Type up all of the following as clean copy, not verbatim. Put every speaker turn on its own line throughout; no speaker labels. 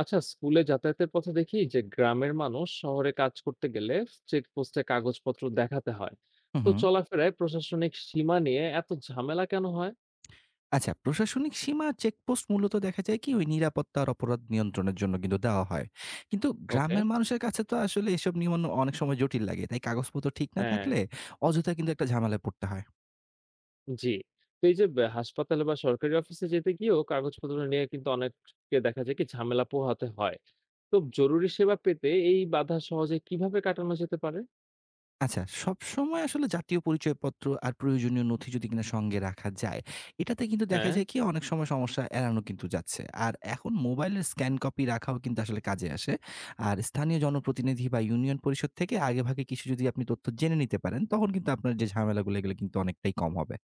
আচ্ছা, স্কুলে যাতায়াতের পথে দেখি যে গ্রামের মানুষ শহরে কাজ করতে গেলে চেকপোস্টে কাগজপত্র দেখাতে হয়।
হুম,
তো
হুম।
চলাফেরায় প্রশাসনিক সীমা নিয়ে এত ঝামেলা কেন হয়?
আচ্ছা, প্রশাসনিক সীমা চেকপোস্ট মূলত দেখা যায় কি ওই নিরাপত্তা আর অপরাধ নিয়ন্ত্রণের জন্য কিন্তু দেওয়া হয়। কিন্তু
ওকে।
গ্রামের মানুষের কাছে তো আসলে এসব নিয়ম অনেক সময় জটিল লাগে। তাই কাগজপত্র ঠিক না
হ্যাঁ।
থাকলে অযথা কিন্তু একটা ঝামেলায় পড়তে হয়।
জি। তো এই যে হাসপাতালে বা সরকারি অফিসে যেতে গিয়েও কাগজপত্র নিয়ে কিন্তু অনেককে দেখা যায় কি ঝামেলা পোহাতে হয়। তো জরুরি সেবা পেতে এই বাধা সহজে কিভাবে কাটানো যেতে পারে?
আচ্ছা, সবসময় আসলে জাতীয় পরিচয়পত্র আর প্রয়োজনীয় নথি যদি কিনা সঙ্গে রাখা যায়, এটাতে কিন্তু দেখা
হ্যাঁ,
যায় কি অনেক সময় সমস্যা এড়ানো কিন্তু যাচ্ছে। আর এখন মোবাইলের স্ক্যান কপি রাখাও কিন্তু আসলে কাজে আসে। আর স্থানীয় জনপ্রতিনিধি বা ইউনিয়ন পরিষদ থেকে আগেভাগে কিছু যদি আপনি তথ্য জেনে নিতে পারেন, তখন কিন্তু আপনার যে ঝামেলাগুলো এগুলো কিন্তু অনেকটাই কম হবে।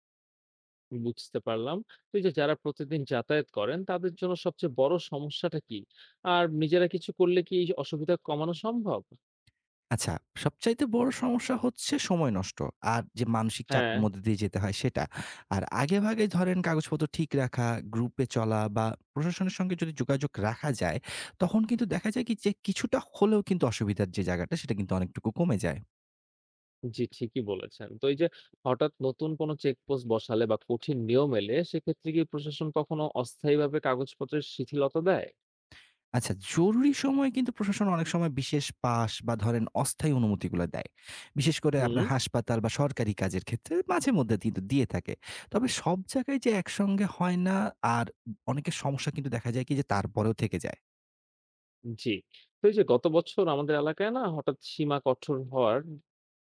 বুঝতে পারলাম। তো এই যে যারা প্রতিদিন যাতায়াত করেন তাদের জন্য সবচেয়ে বড় সমস্যাটা কি? আর নিজেরা কিছু করলে কি এই অসুবিধা কমানো সম্ভব?
আচ্ছা, সবচাইতে বড় সমস্যা হচ্ছে সময় নষ্ট। আর যে মানসিক চাপের
হ্যাঁ,
মধ্যে দিয়ে যেতে হয় সেটা। আর আগেভাগে ধরেন কাগজপত্র ঠিক রাখা, গ্রুপে চলা বা প্রশাসনের সঙ্গে যদি যোগাযোগ রাখা যায়, তখন কিন্তু দেখা যায় কি যে কিছুটা হলেও কিন্তু অসুবিধার যে জায়গাটা সেটা কিন্তু অনেকটুকু কমে যায়।
জি, ঠিকই বলেছেন। তো এই যে হঠাৎ নতুন কোনো চেকপোস্ট বসালে বা কঠিন নিয়ম এলে সেক্ষেত্রে কি প্রশাসন কখনো অস্থায়ীভাবে কাগজপত্রের শিথিলতা দেয়?
আচ্ছা, জরুরি সময়ে কিন্তু প্রশাসন অনেক সময় বিশেষ পাস বা ধরেন অস্থায়ী অনুমতিগুলা দেয়। বিশেষ করে আপনার
হুম।
হাসপাতাল বা সরকারি কাজের ক্ষেত্রে মাঝেমধ্যে কিন্তু দিয়ে থাকে। তবে সব জায়গায় যে একসঙ্গে হয় না, আর অনেকের সমস্যা কিন্তু দেখা যায় কি যে তারপরেও থেকে যায়।
জি। তো এই যে গত বছর আমাদের এলাকায় না হঠাৎ সীমা কঠোর হওয়ার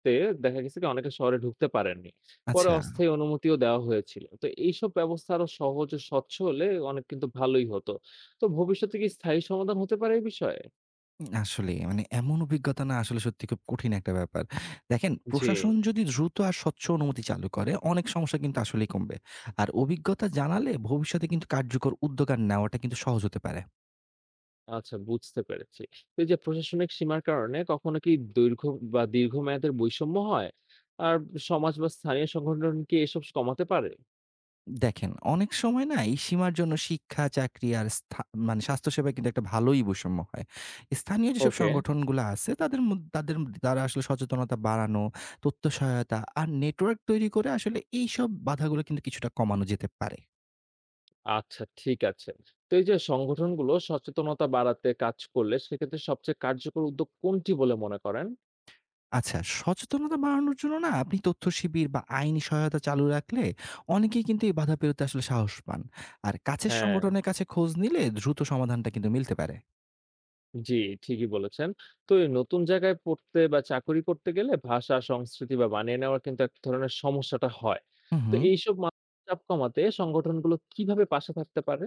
তে দেখা গেছে কি অনেকে শহরে ঢুকতে পারেননি। পরে
আচ্ছা,
অস্থায়ী অনুমতিও দেওয়া হয়েছিল। তো এইসব ব্যবস্থা আরো সহজ ও স্বচ্ছ হলে অনেক কিন্তু ভালোই হতো। তো ভবিষ্যতে কি স্থায়ী সমাধান হতে পারে এই বিষয়ে?
আসলেই মানে এমন অভিজ্ঞতা না আসলে সত্যি খুব কঠিন একটা ব্যাপার। দেখেন,
জি।
প্রশাসন যদি দ্রুত আর স্বচ্ছ অনুমতি চালু করে অনেক সমস্যা কিন্তু আসলেই কমবে। আর অভিজ্ঞতা জানালে ভবিষ্যতে কিন্তু কার্যকর উদ্যোগ আর নেওয়াটা কিন্তু সহজ হতে পারে।
আচ্ছা, বুঝতে পেরেছি। তো এই যে প্রশাসনিক সীমার কারণে কখনো কি দৈর্ঘ্য বা দীর্ঘমেয়াদের বৈষম্য হয়? আর সমাজ বা স্থানীয় সংগঠন কি এসব কমাতে পারে?
দেখেন, অনেক সময় না এই সীমার জন্য শিক্ষা, চাকরি আর মানে স্বাস্থ্যসেবায় কিন্তু একটা ভালোই বৈষম্য হয়। স্থানীয় যেসব
ওকে।
সংগঠনগুলো আছে তাদের দ্বারা আসলে সচেতনতা বাড়ানো, তথ্য সহায়তা আর নেটওয়ার্ক তৈরি করে আসলে এইসব বাধাগুলো কিন্তু কিছুটা কমানো যেতে পারে।
আচ্ছা, ঠিক আছে। তো এই যে সংগঠনগুলো সচেতনতা বাড়াতে কাজ করলে সেক্ষেত্রে সবচেয়ে কার্যকর উদ্যোগ কোনটি বলে মনে করেন?
আচ্ছা, সচেতনতা বাড়ানোর জন্য না আপনি তথ্য শিবির বা আইনি সহায়তা চালু রাখলে অনেকেই কিন্তু এই বাধা পেরোতে আসলে সাহস পান। আর কাছের
হ্যাঁ,
সংগঠনের কাছে খোঁজ নিলে দ্রুত সমাধানটা কিন্তু মিলতে পারে।
জি, ঠিকই বলেছেন। তো এই নতুন জায়গায় পড়তে বা চাকুরি করতে গেলে ভাষা, সংস্কৃতি বা মানিয়ে নেওয়ার কিন্তু এক ধরনের সমস্যাটা হয়।
হু,
তো
হু।
এইসব মানসিক চাপ কমাতে সংগঠনগুলো কিভাবে পাশে থাকতে পারে?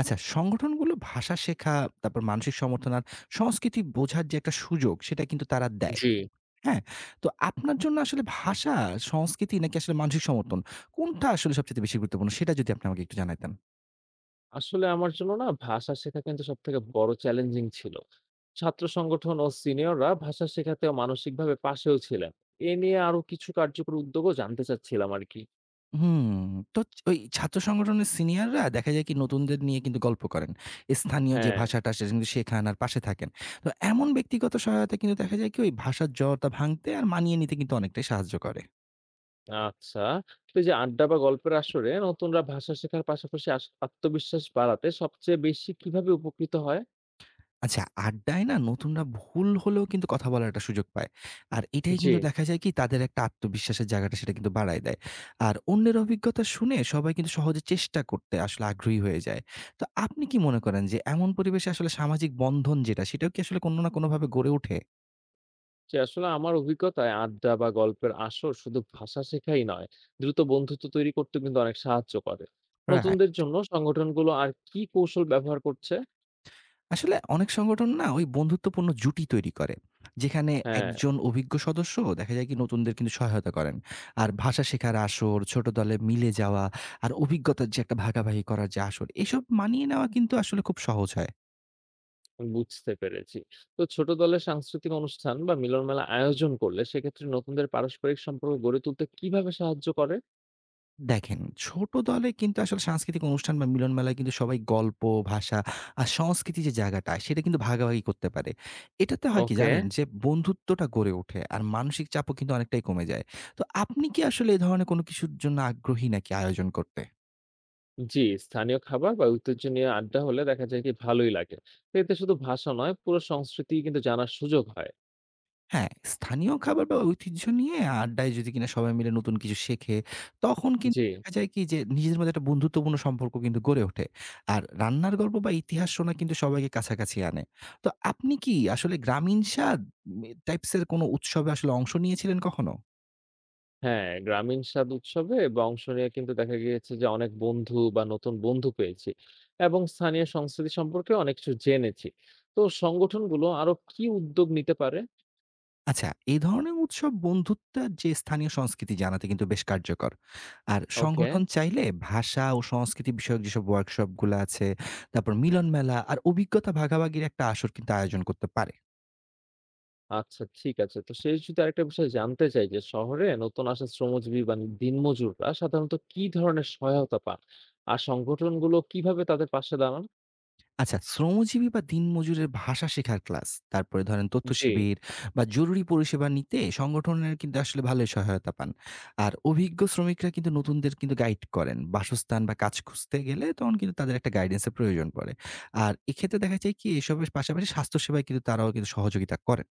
আচ্ছা, সংগঠনগুলো ভাষা শেখা, তারপর মানসিক সমর্থন আর সংস্কৃতি বোঝার যে একটা সুযোগ, সেটা কিন্তু তারা দেয়।
জি।
হ্যাঁ? তো আপনার জন্য আসলে ভাষা, সংস্কৃতি নাকি আসলে মানসিক সমর্থন, কোনটা আসলে সবচাইতে বেশি গুরুত্বপূর্ণ? সেটা যদি আপনি আমাকে একটু জানাইতেন।
আসলে আমার জন্য না ভাষা শেখা কিন্তু সব থেকে বড় চ্যালেঞ্জিং ছিল। ছাত্র সংগঠন ও সিনিয়ররা ভাষা শেখাতেও মানসিকভাবে পাশেও ছিলেন। এ নিয়ে আরো কিছু কার্যকর উদ্যোগও জানতে চাচ্ছিলাম আরকি।
হুম, তো ওই ছাত্র সংগঠনের সিনিয়ররা দেখা যায় কি নতুনদের নিয়ে কিন্তু গল্প করেন। স্থানীয় যে
হ্যাঁ।
ভাষাটা সেটা কিন্তু শেখান আর পাশে থাকেন। তো এমন ব্যক্তিগত সহায়তা কিন্তু দেখা যায় কি ওই ভাষার জড়তা ভাঙতে আর মানিয়ে নিতে কিন্তু অনেকটাই সাহায্য করে।
আচ্ছা। তো এই যে আড্ডা বা গল্পের আসরে নতুনরা ভাষা শেখার পাশাপাশি আত্মবিশ্বাস বাড়াতে সবচেয়ে বেশি কিভাবে উপকৃত হয়?
আচ্ছা, আড্ডায় না নতুনরা ভুল হলেও কিন্তু কথা বলার একটা সুযোগ পায়। আর এটাই
জি।
কিন্তু দেখা যায় কি তাদের একটা আত্মবিশ্বাসের জায়গাটা সেটা কিন্তু বাড়ায় দেয়। আর অন্যের অভিজ্ঞতা শুনে সবাই কিন্তু সহজে চেষ্টা করতে আসলে আগ্রহী হয়ে যায়। তো আপনি কি মনে করেন যে এমন পরিবেশে আসলে সামাজিক বন্ধন যেটা সেটাও কি আসলে কোনো না কোনোভাবে গড়ে ওঠে?
যে আসলে আমার অভিজ্ঞতায় আড্ডা বা গল্পের আসর শুধু ভাষা শেখাই নয়, দ্রুত বন্ধুত্ব তৈরি করতে কিন্তু অনেক সাহায্য করে।
রা
নতুনদের জন্য সংগঠনগুলো আর কি কৌশল ব্যবহার করছে?
আসলে অনেক সংগঠন না ওই বন্ধুত্বপূর্ণ জুটি তৈরি করে, যেখানে
হ্যাঁ,
একজন অভিজ্ঞ সদস্য দেখা যায় কি নতুনদের কিন্তু সহায়তা করেন। আর ভাষা শেখার আসর, ছোট দলে মিলে যাওয়া আর অভিজ্ঞতার যে একটা ভাগাভাগি করার যে আসর, এসব মানিয়ে নেওয়া কিন্তু আসলে খুব সহজ হয়।
বুঝতে পেরেছি। তো ছোট দলের সাংস্কৃতিক অনুষ্ঠান বা মিলন মেলা আয়োজন করলে সেক্ষেত্রে নতুনদের পারস্পরিক সম্পর্ক গড়ে তুলতে কিভাবে সাহায্য করে?
দেখেন, ছোট দলে কিন্তু আসলে সাংস্কৃতিক অনুষ্ঠান বা মিলন মেলায় কিন্তু সবাই গল্প, ভাষা আর সংস্কৃতি যে জায়গাটা, সেটা কিন্তু ভাগাভাগি করতে পারে। এটাতে হয় কি
ওকে।
জানেন? যে বন্ধুত্বটা গড়ে ওঠে আর মানসিক চাপও কিন্তু অনেকটাই কমে যায়। তো আপনি কি আসলে এ ধরনের কোনো কিছুর জন্য আগ্রহী নাকি আয়োজন করতে?
জি, স্থানীয় খাবার বা ঐতিহ্য নিয়ে আড্ডা হলে দেখা যায় কি ভালোই লাগে। তো এতে শুধু ভাষা নয়, পুরো সংস্কৃতি কিন্তু জানার সুযোগ হয়।
হ্যাঁ, স্থানীয় খাবার বা ঐতিহ্য নিয়ে আড্ডায় যদি কিনা সবাই মিলে নতুন কিছু শেখে, তখন কিন্তু
জি।
দেখা যায় কি যে নিজেদের মধ্যে একটা বন্ধুত্বপূর্ণ সম্পর্ক কিন্তু গড়ে ওঠে। আর রান্নার গল্প বা ইতিহাস শোনা কিন্তু সবাইকে কাছাকাছি আনে। তো আপনি কি আসলে গ্রামীণ স্বাদ টাইপস এর কোনো উৎসবে আসলে অংশ নিয়েছিলেন কখনো?
হ্যাঁ, গ্রামীণ স্বাদ উৎসবে বা অংশ নিয়ে কিন্তু দেখা গিয়েছে যে অনেক বন্ধু বা নতুন বন্ধু পেয়েছি এবং স্থানীয় সংস্কৃতি সম্পর্কে অনেক কিছু জেনেছি। তো সংগঠনগুলো আরো কি উদ্যোগ নিতে পারে?
আচ্ছা, এই ধরনের উৎসব বন্ধুত্বের যে স্থানীয় সংস্কৃতি জানাতে কিন্তু বেশ কার্যকর। আর
ওকে,
সংগঠন চাইলে ভাষা ও সংস্কৃতি বিষয়ক যেসব ওয়ার্কশপগুলা আছে, তারপর মিলন মেলা আর অভিজ্ঞতা ভাগাভাগির একটা আসর কিন্তু আয়োজন করতে পারে।
আচ্ছা, ঠিক আছে। তো শেষ যদি আরেকটা বিষয় জানতে চাই যে শহরে নতুন আসা শ্রমজীবী বা দিনমজুররা সাধারণত কি ধরনের সহায়তা পান? আর সংগঠনগুলো কিভাবে তাদের পাশে দাঁড়ান?
আচ্ছা, শ্রমজীবী বা দিনমজুরের ভাষা শেখার ক্লাস, তারপরে ধরেন তথ্য
জি,
শিবির বা জরুরি পরিষেবা নিতে সংগঠনের কিন্তু আসলে ভালোই সহায়তা পান। আর অভিজ্ঞ শ্রমিকরা কিন্তু নতুনদের কিন্তু গাইড করেন। বাসস্থান বা কাজ খুঁজতে গেলে তখন কিন্তু তাদের একটা গাইডেন্সের প্রয়োজন পড়ে। আর এক্ষেত্রে দেখা যায় কি এসবের পাশাপাশি স্বাস্থ্যসেবায় কিন্তু তারাও কিন্তু সহযোগিতা করেন।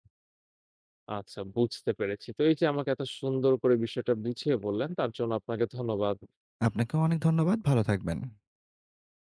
আচ্ছা, বুঝতে পেরেছি। তো এই যে আমাকে এত সুন্দর করে বিষয়টা বুঝিয়ে বললেন তার জন্য আপনাকে ধন্যবাদ।
আপনাকেও অনেক ধন্যবাদ। ভালো থাকবেন।